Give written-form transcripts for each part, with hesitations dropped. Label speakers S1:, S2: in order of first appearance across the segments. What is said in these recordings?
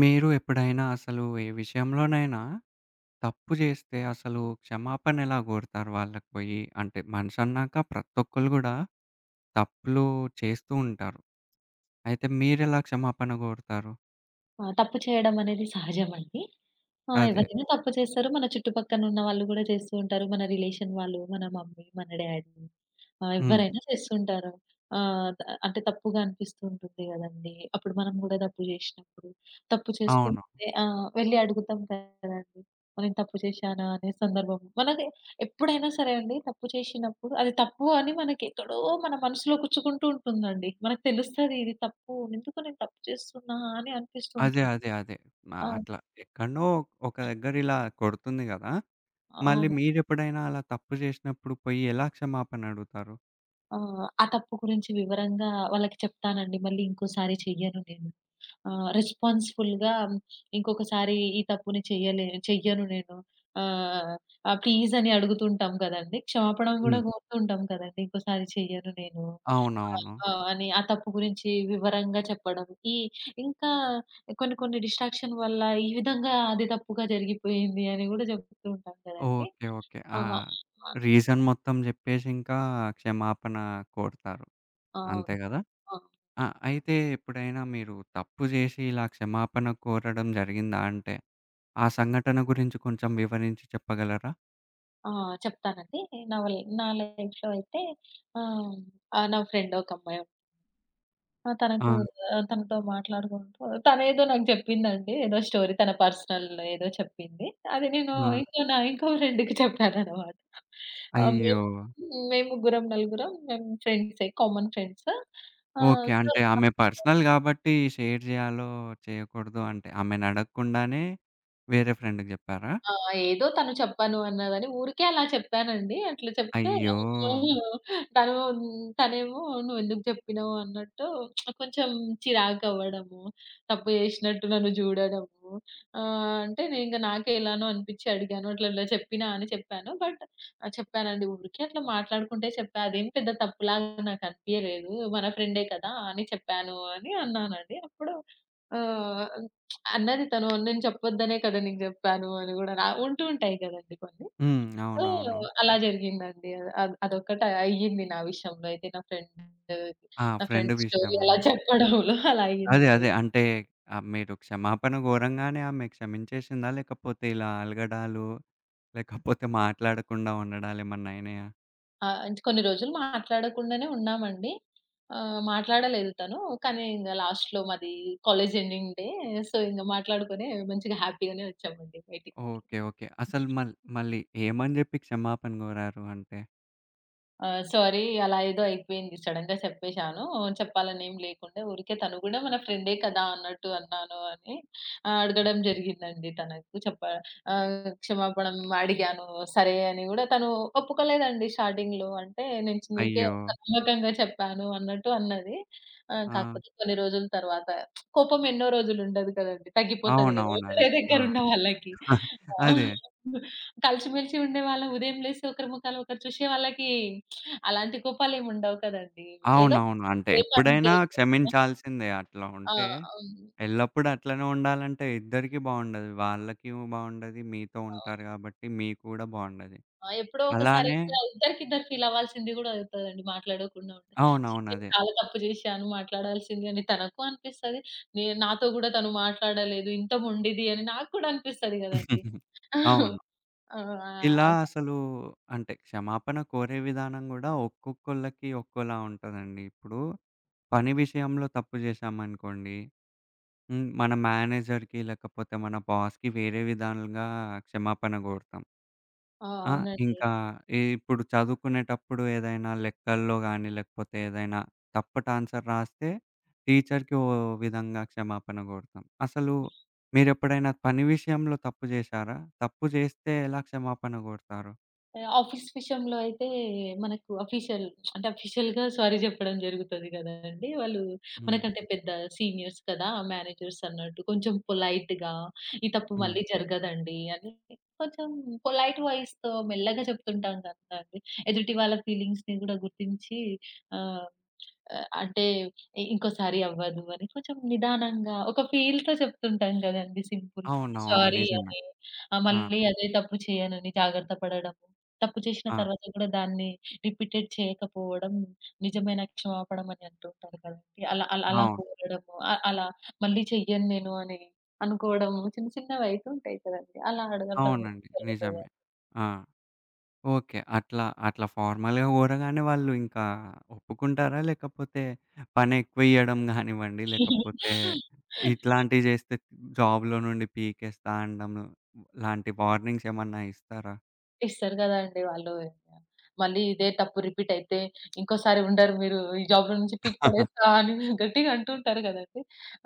S1: మీరు ఎప్పుడైనా అసలు ఏ విషయంలోనైనా తప్పు జేస్తే అసలు క్షమాపణ ఎలా గోరతారు వాళ్ళకి పోయి? అంటే మనిషన్నాక ప్రతి ఒక్కళ్ళు గూడా తప్పులు చేస్తూ ఉంటారు. అయితే మీరెలా క్షమాపణ గోరతారు?
S2: ఆ! తప్పు చేయడం అనేది సహజమండి. ఆ!
S1: అదే.
S2: ఎవరైనా తప్పు చేస్తారు. మన చుట్టుపక్కన ఉన్న వాళ్ళు గూడా చేస్తూ ఉంటారు. మన రిలేషన్ వాళ్ళు, మన మమ్మీ, మన డ్యాడీ,
S1: హ్మ్.
S2: ఎవ్వరైనా చేస్తుంటారు. ఆహ్, త అంటే తప్పుగా అనిపిస్తూ ఉంటుంది గదండీ! అప్పుడు మనం గూడా తప్పు జేసినప్పుడు, తప్పు చేస్తూ
S1: అవును.
S2: ఉంటే వెళ్లి అడుగుతాం కదండీ! నేను తప్పు చేశానా అనే సందర్భం. మనకి ఎప్పుడైనా సరే అండి తప్పు చేసినప్పుడు అది తప్పు అని మనకెక్కడో మన మనసులో గుచ్చుకుంటూ ఉంటుందండి. మనకు తెలుస్తది ఇది తప్పు. ఎందుకు నేను తప్పు చేస్తున్నా అని అనిపిస్తూ
S1: అదే.
S2: ఉంటుంది.
S1: అదే. అదే. ఆ!
S2: ఆ!
S1: అట్లా ఎక్కడనో ఒక దగ్గర ఇలా కొడుతుంది గదా! మళ్ళీ
S2: అవును.
S1: మీరెప్పుడైనా అలా తప్పు జేసినప్పుడు పోయి ఎలా క్షమాపణ అడుగుతారు?
S2: ఆ! ఆ తప్పు గురించి వివరంగా వాళ్ళకి చెప్తానండి. మళ్ళీ ఇంకోసారి చెయ్యను నేను. రెస్పాన్సిబుల్‌గా ఇంకొకసారి ఈ తప్పుని చెయ్యను నేను. ఆహ్, ఆ ప్లీజ్ అని అడుగుతుంటాం కదండీ. క్షమాపణం గూడా
S1: హ్మ్.
S2: కోరుతుంటాం కదండీ. ఇంకోసారి చెయ్యను నేను.
S1: అవునవును.
S2: ఆ! అని ఆ తప్పు గురించి వివరంగా చెప్పడం. ఈ ఇంకా కొన్ని కొన్ని డిస్ట్రాక్షన్ వల్ల ఈ విధంగా అది తప్పుగా జరిగిపోయింది అని గూడా చెప్తూ ఉంటాం కదండీ.
S1: ఓకే. ఓకే. ఆ!
S2: ఆ!
S1: రీజన్ మొత్తం జెప్పేసి ఇంకా క్షమాపణ కోరుతారు.
S2: ఆ!
S1: అంతే
S2: అవును.
S1: గదా!
S2: ఆ!
S1: ఆ! అయితే ఎప్పుడైనా మీరు తప్పు జేసి ఇలా క్షమాపణ కోరడం జరిగిందా అంటే, ఆ సంఘటన గురించి కొంచెం వివరించి చెప్పగలరా?
S2: ఆ! చెప్తానండి. నా లైఫ్‌లో అయితే, ఆహ్, ఆహ్, నా ఫ్రెండ్ ఒక అమ్మాయి. ఆ!
S1: ఆ!
S2: తనకు, తనతో మాట్లాడుకుంటూ తనేదో నాకు చెప్పిందండి. ఏదో స్టోరీ తన పర్సనల్ ఏదో చెప్పింది. అది నేను
S1: ఆ!
S2: నా ఇంకో ఫ్రెండ్‌కి చెప్పాననమాట.
S1: అయ్యో!
S2: మేము, ముగ్గురం, నలుగురం మేము ఫ్రెండ్సే. Common friends. ఆహ్,
S1: ఓకే.
S2: సో
S1: అంటే ఆమె పర్సనల్ గాబట్టి షేర్ జేయాలో, చేయకూడదో అంటే ఆమెనడగకుండానే వేరే ఫ్రెండ్‌కి జెప్పారా?
S2: ఆ! ఏదో తను చెప్పాను అన్నదని ఊరికే అలా చెప్పానండి. అట్లా చెప్తే
S1: అయ్యో!
S2: తను, తనేమో, "నువ్వెందుకు జెప్పినవు" అన్నట్టు కొంచెం చిరాకవ్వడము, తప్పు జేసినట్టు నన్ను జూడడము. అంటే నేనింక నాకే ఎలానో అనిపిచ్చి అడిగాను. "అట్లా ఇట్లా చెప్పినా" అని చెప్పాను. బట్, ఆ! చెప్పానండి. "ఊరికే అట్లా మాట్లాడుకుంటే చెప్పా. అదేం పెద్ద తప్పులాగా నాకనిపియలేదు. మన ఫ్రెండే కదా!" అని చెప్పాను అని అన్నానండి. అప్పుడు ఆహ్ అన్నది తను. నేను చెప్పొద్దనే కదా నీకు జెప్పాను అని గూడా నా ఉంటూ ఉంటాయి గదండీ కొన్ని.
S1: హ్మ్.
S2: సో,
S1: అవునవును.
S2: అలా జరిగిందండి. అ అద్ అదొక్కటి అయ్యింది నా విషయంలో అయితే.
S1: ఆ!
S2: నా
S1: ఫ్రెండ్
S2: ఫ్రెండ్ స్టోరీ
S1: విషయంలో.
S2: అలా చెప్పడంలో అలా
S1: అదే.
S2: అయ్యిందండి.
S1: అదే. అంటే ఆహ్, మీరు క్షమాపణ గోరంగానే ఆమె క్షమించేసిందా? లేకపోతే ఇలా అలగడాలు, లేకపోతే మాట్లాడకుండా ఉండడాలేమన్నా అయినాయా?
S2: ఆ! ఇంచ్ కొన్ని రోజులు మాట్లాడకుండానే ఉన్నామండి. మాట్లాడలేదు తను. కానీ ఇంగ లాస్ట్‌లో మాది కాలేజ్ ఎండింగ్ డే. సో, ఇంగ మాట్లాడుకొని మంచిగా హ్యాపీగానే వచ్చామండి బయటికి.
S1: ఓకే. ఓకే. అసలు మళ్ళీ ఏమని జెప్పి క్షమాపణ గోరారు అంటే?
S2: ఆ! సారీ అలా ఏదో అయిపోయింది. సడెన్‌గా చెప్పేశాను. చెప్పాలనేం లేకుండా ఊరికే తను గూడా మన ఫ్రెండే కదా! అన్నట్టు అన్నాను అని, అడగడం జరిగిందండి తనకు. ఆహ్, క్షమాపణం అడిగాను. సరే అని గూడా తను ఒప్పుకోలేదండి స్టార్టింగ్‌లో. అంటే నేను చి నీకే
S1: అయ్యో!
S2: అంత నమ్మకంగా చెప్పాను అన్నట్టు అన్నది.
S1: ఆ!
S2: కాకపోతే కొన్ని రోజుల తర్వాత కోపం ఎన్నో రోజులు ఉండదు కదండీ. తగ్గిపోతది గదా!
S1: అవునవును. అదే.
S2: ఒకరే
S1: ఆ!
S2: దగ్గర ఉన్న వాళ్ళకి. ఆ!
S1: అదే.
S2: కలిసిమెలిసి ఉండేవాళ్ళం. ఉదయం లేసి ఒకరి ముఖాలు ఒకరు చూసే వాళ్ళకి అలాంటి కోపాలేమి ఉండవు కదండీ. ఏదో
S1: అవునవును. అంటే
S2: సేమ్
S1: ఎప్పుడైనా
S2: అంతే.
S1: క్షమించాల్సిందే. అట్లా
S2: ఆ!
S1: ఉంటే
S2: అవును.
S1: ఎల్లప్పుడూ అట్లనే ఉండాలంటే ఇద్దరికీ బావుండదు. వాళ్ళకి బావుండది. మీతో
S2: ఆ!
S1: ఉంటారు గాబట్టి మీకు గూడా బావుండది.
S2: ఎప్పుడో ఒకసారి
S1: అలానే
S2: అయితే ఇద్దరికిద్దరు ఫీల్ అవ్వాల్సింది గూడా అవుతదండి. మాట్లాడకుండా ఉంటే. ఛీ!
S1: అవునవును.
S2: నేను
S1: అదే.
S2: చాలా తప్పు చేశాను మాట్లాడాల్సింది అని తనకు అనిపిస్తది. నాతో గూడా తను మాట్లాడలేదు. ఇంత మొండిది అని నాకు కూడా అనిపిస్తది గదండీ.
S1: హుహుహు.
S2: ఆ!
S1: అవును. ఇలా
S2: ఆ!
S1: అసలు అంటే క్షమాపణ కోరే విధానం గూడా ఒక్కొక్కళ్ళకి ఒక్కోలా ఉంటదండి. ఇప్పుడు పని విషయంలో తప్పు జేశామనుకోండి, హ్మ్. మన మేనేజర్‌కి లేకపోతే మన బాస్‌కి వేరే విధాలుగా క్షమాపణ గోరుతాం. ఆ!
S2: అవునండి.
S1: ఇంకా ఈ ఇప్పుడు చదువుకునేటప్పుడు ఏదైనా లెక్కల్లో గాని, లేకపోతే ఏదైనా తప్పట ఆన్సర్ రాస్తే టీచర్‌కి ఓ విధంగా క్షమాపణ గోడతాం. అసలు మీరెప్పుడైనా పని విషయంలో తప్పు జేశారా? తప్పు జేస్తే ఎలా క్షమాపణ గోడతారు?
S2: ఆఫీస్ విషయంలో అయితే మనకు అఫీషియల్‌గా సారీ చెప్పడం జరుగుతది గదండీ. వాళ్ళు
S1: హ్మ్.
S2: మనకంటే పెద్ద సీనియర్స్ కదా! మేనేజర్స్ అన్నట్టు కొంచెం పొలైట్‌గా "ఈ తప్పు
S1: హ్మ్.
S2: మళ్ళీ జరగదండి" అని కొంచెం పొలైట్ వాయిస్‌తో మెల్లగా చెప్తుంటాం కదా అండి. ఎదుటి వాళ్ళ ఫీలింగ్స్‌ని గూడా గుర్తించి, ఆహ్, ఆహ్, అంటే "ఇ- ఇంకోసారి అవ్వదు అని కొంచెం నిదానంగా ఒక ఫీల్‌తో చెప్తుంటాం గదండీ సింపుల్‌గా.
S1: అవునవును.
S2: సారీ
S1: నిజమే.
S2: అని,
S1: ఆ!
S2: మళ్ళీ అదే తప్పు చేయనని జాగ్రత్త పడడము. తప్పు చేసిన
S1: ఆ!
S2: తర్వాత కూడా దాన్ని రిపీటెడ్ చేయకపోవడం నిజమైన క్షమాపణం అని అంటుంటారు కదండీ. అలా అలా అలా
S1: అవును.
S2: కోరడము. అలా మళ్ళీ చెయ్యను నేను అని అనుకోవడము చిన్న చిన్నవి అయితుంటాయి కదండీ. అలా అడగడం
S1: అవునండి.
S2: జరుగుతదా?
S1: నిజమే. ఆ! ఓకే. అట్లా అట్లా ఫార్మల్‌గా గోరగానే వాళ్ళు ఇంకా ఒప్పుకుంటారా? లేకపోతే పనెక్కువియ్యడం గానివ్వండి, లేకపోతే ఇట్లాంటివి జేస్తే జాబ్‌లో నుండి పీకేస్తా అనడం లాంటి వార్నింగ్స్ ఏమన్నా ఇస్తారా?
S2: ఇస్తారు గదండీ వాళ్ళు. మళ్ళీ ఇదే తప్పు రిపీట్ అయితే ఇంకోసారి ఉండరు మీరు ఈ జాబ్‌లో నుంచి పీకి పడేస్తా అని గట్టిగా అంటుంటారు గదండీ.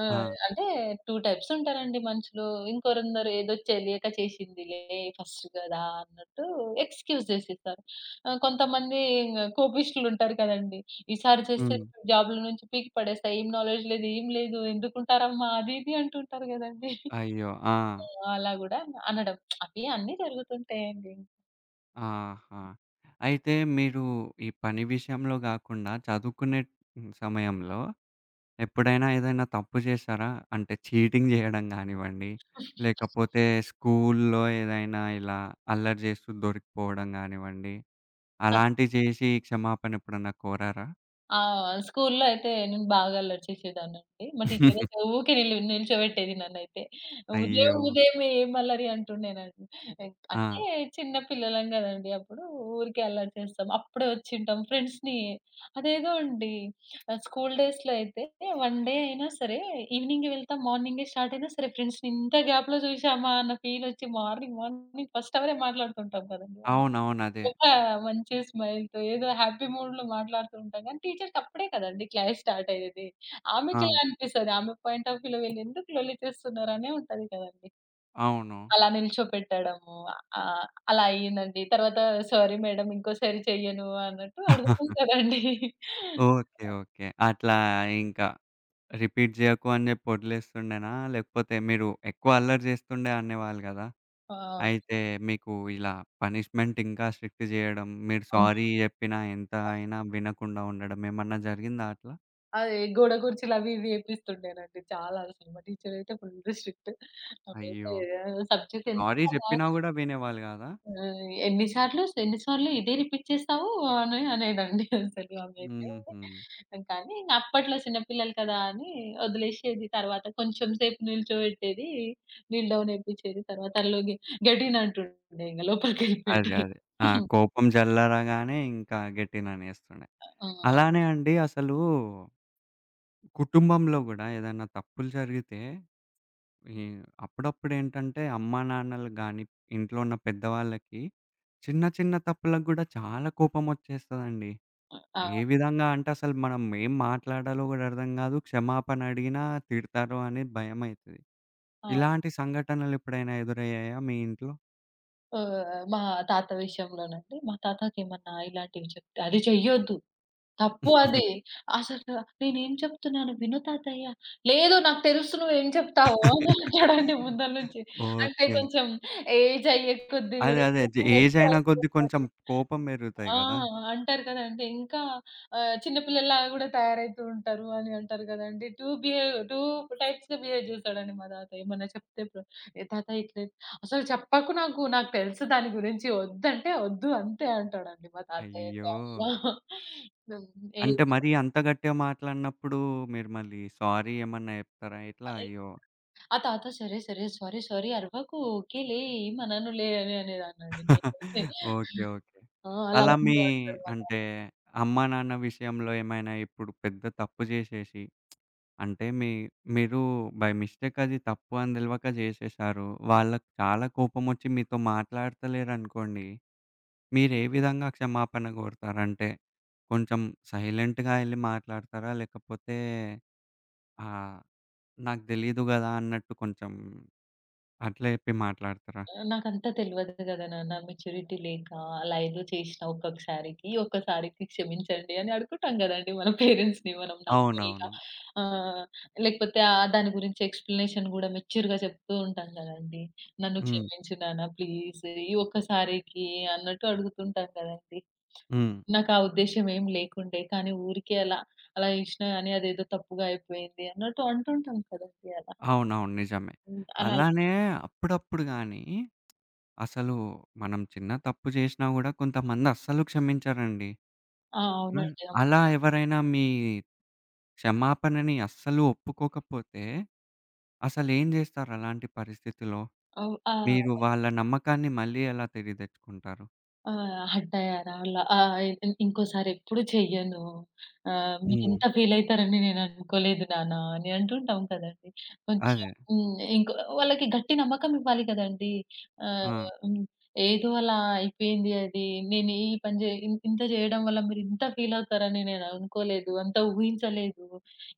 S2: ఆహ్,
S1: ఆ!
S2: అంటే 2 టైప్స్ ఉంటారండి మనుషులు. ఇంకొందరు ఏదో తెలియక చేసిందిలే ఫస్ట్ గదా అన్నట్టు ఎక్స్‌క్యూజ్ జేసేస్తారు. కొంతమంది ఇంగ కోపిష్ఠులుంటారు కదండీ. ఈసారి చేస్తే
S1: హ్మ్.
S2: జాబ్‌లో నుంచి పీకి పడేస్తా. ఏం నాలెడ్జ్ లేదు, ఏం లేదు ఎందుకుంటారమ్మా అది ఇది అంటుంటారు గదండీ.
S1: అయ్యో! ఆ!
S2: ఆ! అలా గూడా అనడం. అవి అన్నీ జరుగుతుంటాయండి.
S1: ఆహా! అయితే మీరు ఈ పని విషయంలో గాకుండా చదువుకునే హ్మ్, సమయంలో ఎప్పుడైనా ఏదైనా తప్పు చేశారా? అంటే చీటింగ్ జేయడం గానివ్వండి, లేకపోతే స్కూల్‌లో ఏదైనా ఇలా అల్లరి చేస్తూ దొరికిపోవడం గానివ్వండి,
S2: అస్
S1: అలాంటివి చేసి క్షమాపణ ఎప్పుడన్నా కోరారా?
S2: ఆ! స్కూల్లో అయితే నేను బాగా అల్లరి చేసేదాన్నండి. మా టీచరైతే ఊకే నిల్చోబెట్టేది నన్నైతే. ఉదయం
S1: అయ్యో!
S2: ఉదయమే ఏం అల్లరి అంటుండేనండి.
S1: ఆ!
S2: అంటే చిన్న పిల్లలం గదండీ అప్పుడు. ఊరికే అల్లరి చేస్తాం. అప్పుడే వచ్చుంటాం. ఫ్రెండ్స్‌ని అదేదో అండి ఆహ్, స్కూల్ డేస్‌లో అయితే వన్ డే అయినా సరే ఈవినింగ్ వెళ్తాం. మార్నింగే స్టార్ట్ అయినా సరే ఫ్రెండ్స్‌ని ఇంత గ్యాప్‌లో చూసామా అన్న ఫీలొచ్చి మార్నింగ్ మార్నింగ్ ఫస్ట్ అవరే మాట్లాడుతుంటాం కదండీ వాళ్ళతో.
S1: అవునవును. అదే.
S2: ఒక మంచి స్మైల్‌తో ఏదో హ్యాపీ మూడ్‌లో మాట్లాడుతూ ఉంటాం గానీ, టీచర్‌కి అప్పుడే కదండీ క్లాస్ స్టార్ట్ అయ్యేది.
S1: ఆ!
S2: ఆమెకెలా అనిపిస్తది? ఆమె పాయింట్ ఆఫ్ వ్యూలో వీళ్ళెందుకు లొల్లి చేస్తున్నారనే ఉంటది కదండీ.
S1: అవును.
S2: అలా నిల్చోపెట్టడము ఆహ్, అలా అయ్యిందండి. తర్వాత సారీ మేడం ఇంకోసారి చెయ్యను అన్నట్టు అడుగుతాం కదండీ.
S1: ఓకే. ఓకే. అట్లా ఇంకా రిపీట్ జేయకు అని జెప్పి వదిలేస్తుండేనా? లేకపోతే మీరు ఎక్కువ అల్లరి చేస్తుండే అనేవాళ్ళు గదా!
S2: ఆ!
S1: అయితే మీకు ఇలా పనిష్మెంట్ ఇంకా స్ట్రిక్ట్ జేయడం, మీరు
S2: అవును.
S1: సారీ జెప్పినా ఎంత అయినా వినకుండా ఉండడం ఏమన్నా జరిగిందా అట్లా?
S2: అదే గోడ కుర్చీలు అవి ఇవి ఏపిస్తుండేనండి చాలా అసలు. మా టీచర్ అయితే ఫుల్ స్ట్రిక్ట్. ఆ మిగతా
S1: అయ్యో!
S2: ఏ సబ్జెక్ట్ ఎంత
S1: సారీ
S2: బాగా,
S1: జెప్పినా గూడా వినేవాళ్ళు గాదా?
S2: ఆ! ఎన్ని సార్లు ఇదే రిపీట్ చేస్తావు అని అనేదండి అసలు ఆమైతే.
S1: హుహు.
S2: కానీ ఇంక అప్పట్లో చిన్నపిల్లలు కదా! అని వదిలేసేది. తర్వాత కొంచెం సేపు నిల్చోబెట్టేది. నీళ్ళు డౌన్ ఏపిచ్చేది. తర్వాత అందులో గెటిన్ అంటుండే ఇంగ
S1: అదే.
S2: లోపలికెళ్ళిపోయేటోళ్ళు.
S1: అదే. ఆ! కోపం జల్లరగానే ఇంకా గెట్టిననేస్తుండే.
S2: ఆ!
S1: అలానే అండి అసలు కుటుంబంలో గూడా ఏదైనా తప్పులు జరిగితే ఈ అప్పుడప్పుడేంటంటే అమ్మానాన్నలకు గానీ, ఇంట్లో ఉన్న పెద్దవాళ్ళకి చిన్న చిన్న తప్పులకు గూడా చాలా కోపమొచ్చేస్తదండి.
S2: ఆ!
S1: ఏ విధంగా అంటే అసలు మనం ఏం మాట్లాడాలో గూడా అర్థం గాదు. క్షమాపణ అడిగినా తిడతారు అని భయమైతది.
S2: ఆ!
S1: ఇలాంటి సంఘటనలు ఎప్పుడైనా ఎదురయ్యాయా మీ ఇంట్లో?
S2: మా తాత విషయంలోనండి. మా తాతకేమన్నా ఇలాంటివి చెప్తే అది చెయ్యొద్దు. తప్పు అది. అసలు నేనేం చెప్తున్నాను విను తాతయ్య. లేదు నాకు తెలుసు నువ్వేం చెప్తావో అని అంటాడండి ముందల నుంచి. అంటే
S1: ఓకే.
S2: కొంచెం ఏజ్ అయ్యే కొద్దీ
S1: అదే.
S2: గూడా
S1: అదే.
S2: కోపం
S1: ఏజ్ అయిన కొద్దీ కొంచెం
S2: ఎక్కువైపోతది.
S1: కోపం పెరుగుతాయి
S2: ఆ!
S1: గదా!
S2: అంటారు కదండీ. చిన్న పిల్లల్లాగా గూడా తయారైతూ ఉంటారు అని అంటారు గదండీ. 2 టైప్స్‌గా బిహేవ్ జేస్తాడండి మా తాతయ్య. ఏమన్నా చెప్తే ఇప్పుడు, "ఏ తాతయ్య ఇట్లా అసలు చెప్పకు నాకు. నాకు తెలుసు దాని గురించి. ఒద్దంటే ఒద్దు అంతే" అంటాడండి మా తాతయ్య అయితే
S1: అయ్యో!
S2: అమ్మ! హ్మ్. ఏ
S1: అంటే మరీ అంత గట్టిగా మాట్లాడినప్పుడు మీరు మళ్ళీ సారీ ఏమన్నా జెప్తారా ఇట్లా?
S2: అరె!
S1: అయ్యో!
S2: ఆ తాత సరే, సరే. సారీ, సారీ అరవకు. ఓకేలే ఏమననులే అని అనేదాన్నండి నేనైతే.
S1: ఓకే. ఓకే.
S2: ఆ! అలా
S1: అలా మీ
S2: అనేవాడు మా తాత.
S1: అంటే అమ్మానాన్న విషయంలో ఏమైనా ఇప్పుడు పెద్ద తప్పు జేసేసి అంటే మీ మీరు బై మిస్టేక్ అది తప్పు అని తెలవక చేసేశారు. వాళ్ళకి చాలా కోపమొచ్చి మీతో మాట్లాడతలేరనుకోండి. మీరు ఏ విధంగా క్షమాపణ కోరుతారు? అంటే కొంచెం సైలెంట్‌గా ఎళ్లి మాట్లాడతారా? లేకపోతే ఆహ్, నాకు తెలీదు గదా! అన్నట్టు కొంచెం అట్లా చెప్పి మాట్లాడతారా?
S2: నాకంతా తెలవదు గదా నాన్న మెచ్యూరిటీ లేక, అలా ఏదో చేసినా ఒక్కసారికి క్షమించండి అని అడుగుతాం గదండీ మన పేరెంట్స్‌ని మనం నార్మల్‌గా.
S1: అవునవును.
S2: ఆ! లేకపోతే ఆ దాని గురించి ఎక్స్‌ప్లనేషన్ గూడా మెచ్యూర్‌గా చెప్తూ ఉంటాం గదండీ. నన్ను
S1: హ్మ్.
S2: క్షమించు నాన్న ప్లీజ్. ఈ ఒక్కసారికి అన్నట్టు అడుగుతుంటాం గదండీ.
S1: హ్మ్.
S2: నాకా ఉద్దేశ్యం ఏం లేకుండే. కానీ ఊరికే అలా ఇచ్చినా గాని అదేదో తప్పుగా అయిపోయింది అన్నట్టు అంటుంటాం కదండీ అలా.
S1: అవునవును. నిజమే.
S2: హ్మ్. అలా
S1: అలానే అప్పుడప్పుడు గానీ అసలు మనం చిన్న తప్పు చేసినా గూడా కొంతమంది అస్సలు క్షమించరండి.
S2: ఆ!
S1: ఆ!
S2: అవునండి. అవును.
S1: అలా ఎవరైనా మీ క్షమాపణని అస్సలు ఒప్పుకోకపోతే, అసలేం జేస్తారు అలాంటి పరిస్థితిలో?
S2: ఆ!
S1: మీరు వాళ్ళ నమ్మకాన్ని మళ్ళీ ఎలా తిరిగి తెచ్చుకుంటారు?
S2: ఆ! అడ్డయ్యారా? ల ఆహ్, ఇ ఇంకోసారెప్పుడు చెయ్యను.
S1: హ్మ్.
S2: మీరింత ఫీలయితారని నేననుకోలేదు నాన్న అని అంటుంటాం కదండీ. కొంచెం
S1: అదే.
S2: హ్మ్. ఇంకో వాళ్ళకి గట్టి నమ్మకం ఇవ్వాలి కదండీ.
S1: ఆ!
S2: హ్మ్. ఏదో అలా అయిపోయింది అది. నేను ఈ పని జే ఇన్ ఇంత చేయడం వల్ల మీరింత ఫీలవుతారని నేననుకోలేదు. అంత ఊహించలేదు.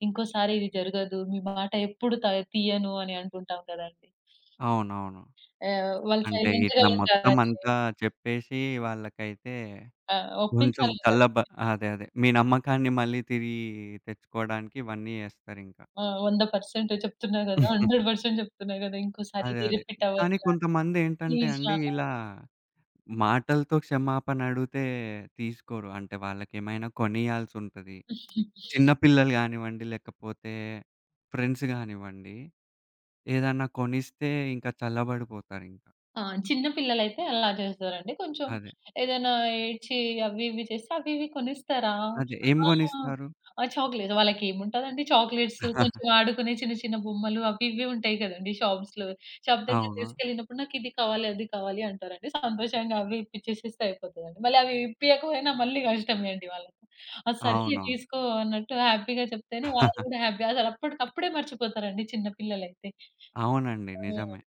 S2: ఇంకోసారి ఇది జరగదు. మీ మాట ఎప్పుడు తీయను అని అంటుంటాం కదండీ.
S1: అవునవును.
S2: వాళ్ళు
S1: అంటే
S2: సైలెంట్‌గా
S1: ఇట్లా మొత్తం
S2: ఉంటారండి.
S1: అంతా చెప్పేసి వాళ్ళకైతే
S2: ఆ!
S1: కొంచెం
S2: ఒప్పించాలి కదా!
S1: చల్లబ అదే. అదే. మీ నమ్మకాన్ని మళ్ళీ తిరిగి తెచ్చుకోవడానికి ఇవన్నీ జేస్తారింకా.
S2: ఆ! 100% చెప్తున్నా గదా! ఇంకోసారి
S1: అదే.
S2: ఇది
S1: అదే.
S2: రిపీట్
S1: కానీ
S2: అవ్వదు.
S1: కొంతమందేంటంటే
S2: ప్లీజ్
S1: అండి
S2: నాన్న.
S1: ఇలా మాటలతో క్షమాపణ అడిగితే తీసుకోరు. అంటే వాళ్ళకేమైనా కొనియాల్సుంటది. చిన్న పిల్లలు గానివ్వండి, లేకపోతే ఫ్రెండ్స్ గానివ్వండి, ఏదన్నా కొనిస్తే ఇంకా చల్లబడిపోతారింకా.
S2: ఆ! చిన్న పిల్లలైతే అలా చేస్తారండి. కొంచెం
S1: అదే.
S2: ఏదైనా ఏడ్చి అవి ఇవి చేస్తే అవి ఇవి కొనిస్తారా?
S1: అదే. ఏం
S2: ఆ!
S1: గొనిస్తారు?
S2: ఆ! చాక్లెట్స్ వాళ్ళకేముంటదండి చాక్లెట్స్ కొంచెం ఆడుకునే చిన్న చిన్న బొమ్మలు అవి ఇవి ఉంటాయి కదండీ షాప్స్‌లో. షాప్ దగ్గర
S1: అవును.
S2: తీసుకెళ్ళినప్పుడు నాకిది కావాలి, అది కావాలి అంటారండి. సంతోషంగా అవి ఇప్పిచ్చేసేస్తే అయిపోతదండి. మళ్ళీ అవి ఇప్పియకపోయినా మళ్ళీ కష్టమే అండి వాళ్ళకి. ఆ! సర్లే
S1: అవునవును.
S2: తీసుకో అన్నట్టు హ్యాపీగా చెప్తేనే వాళ్ళు కూడా హ్యాపీ. అసలు అప్పటికప్పుడే మర్చిపోతారండి చిన్న పిల్లలైతే.
S1: అవునండి.
S2: ఆ!
S1: నిజమే.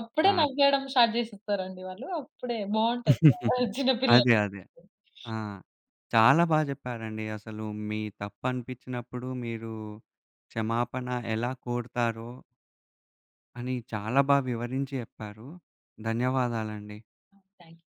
S2: అప్పుడే
S1: ఆ!
S2: నవ్వేయడం స్టార్ట్ జేసేస్తారండి వాళ్ళు. అప్పుడే బావుంటది. చిన్న పిల్లలు.
S1: అదే. అదే.
S2: అవును.
S1: ఆ! చాలా జెప్పారండి. అసలు మీ తప్పనిపిచ్చినప్పుడు మీరు క్షమాపణ ఎలా కోరుతారో అని చాలా బాగా వివరించి చెప్పారు. ధన్యవాదాలండి.
S2: Thank you.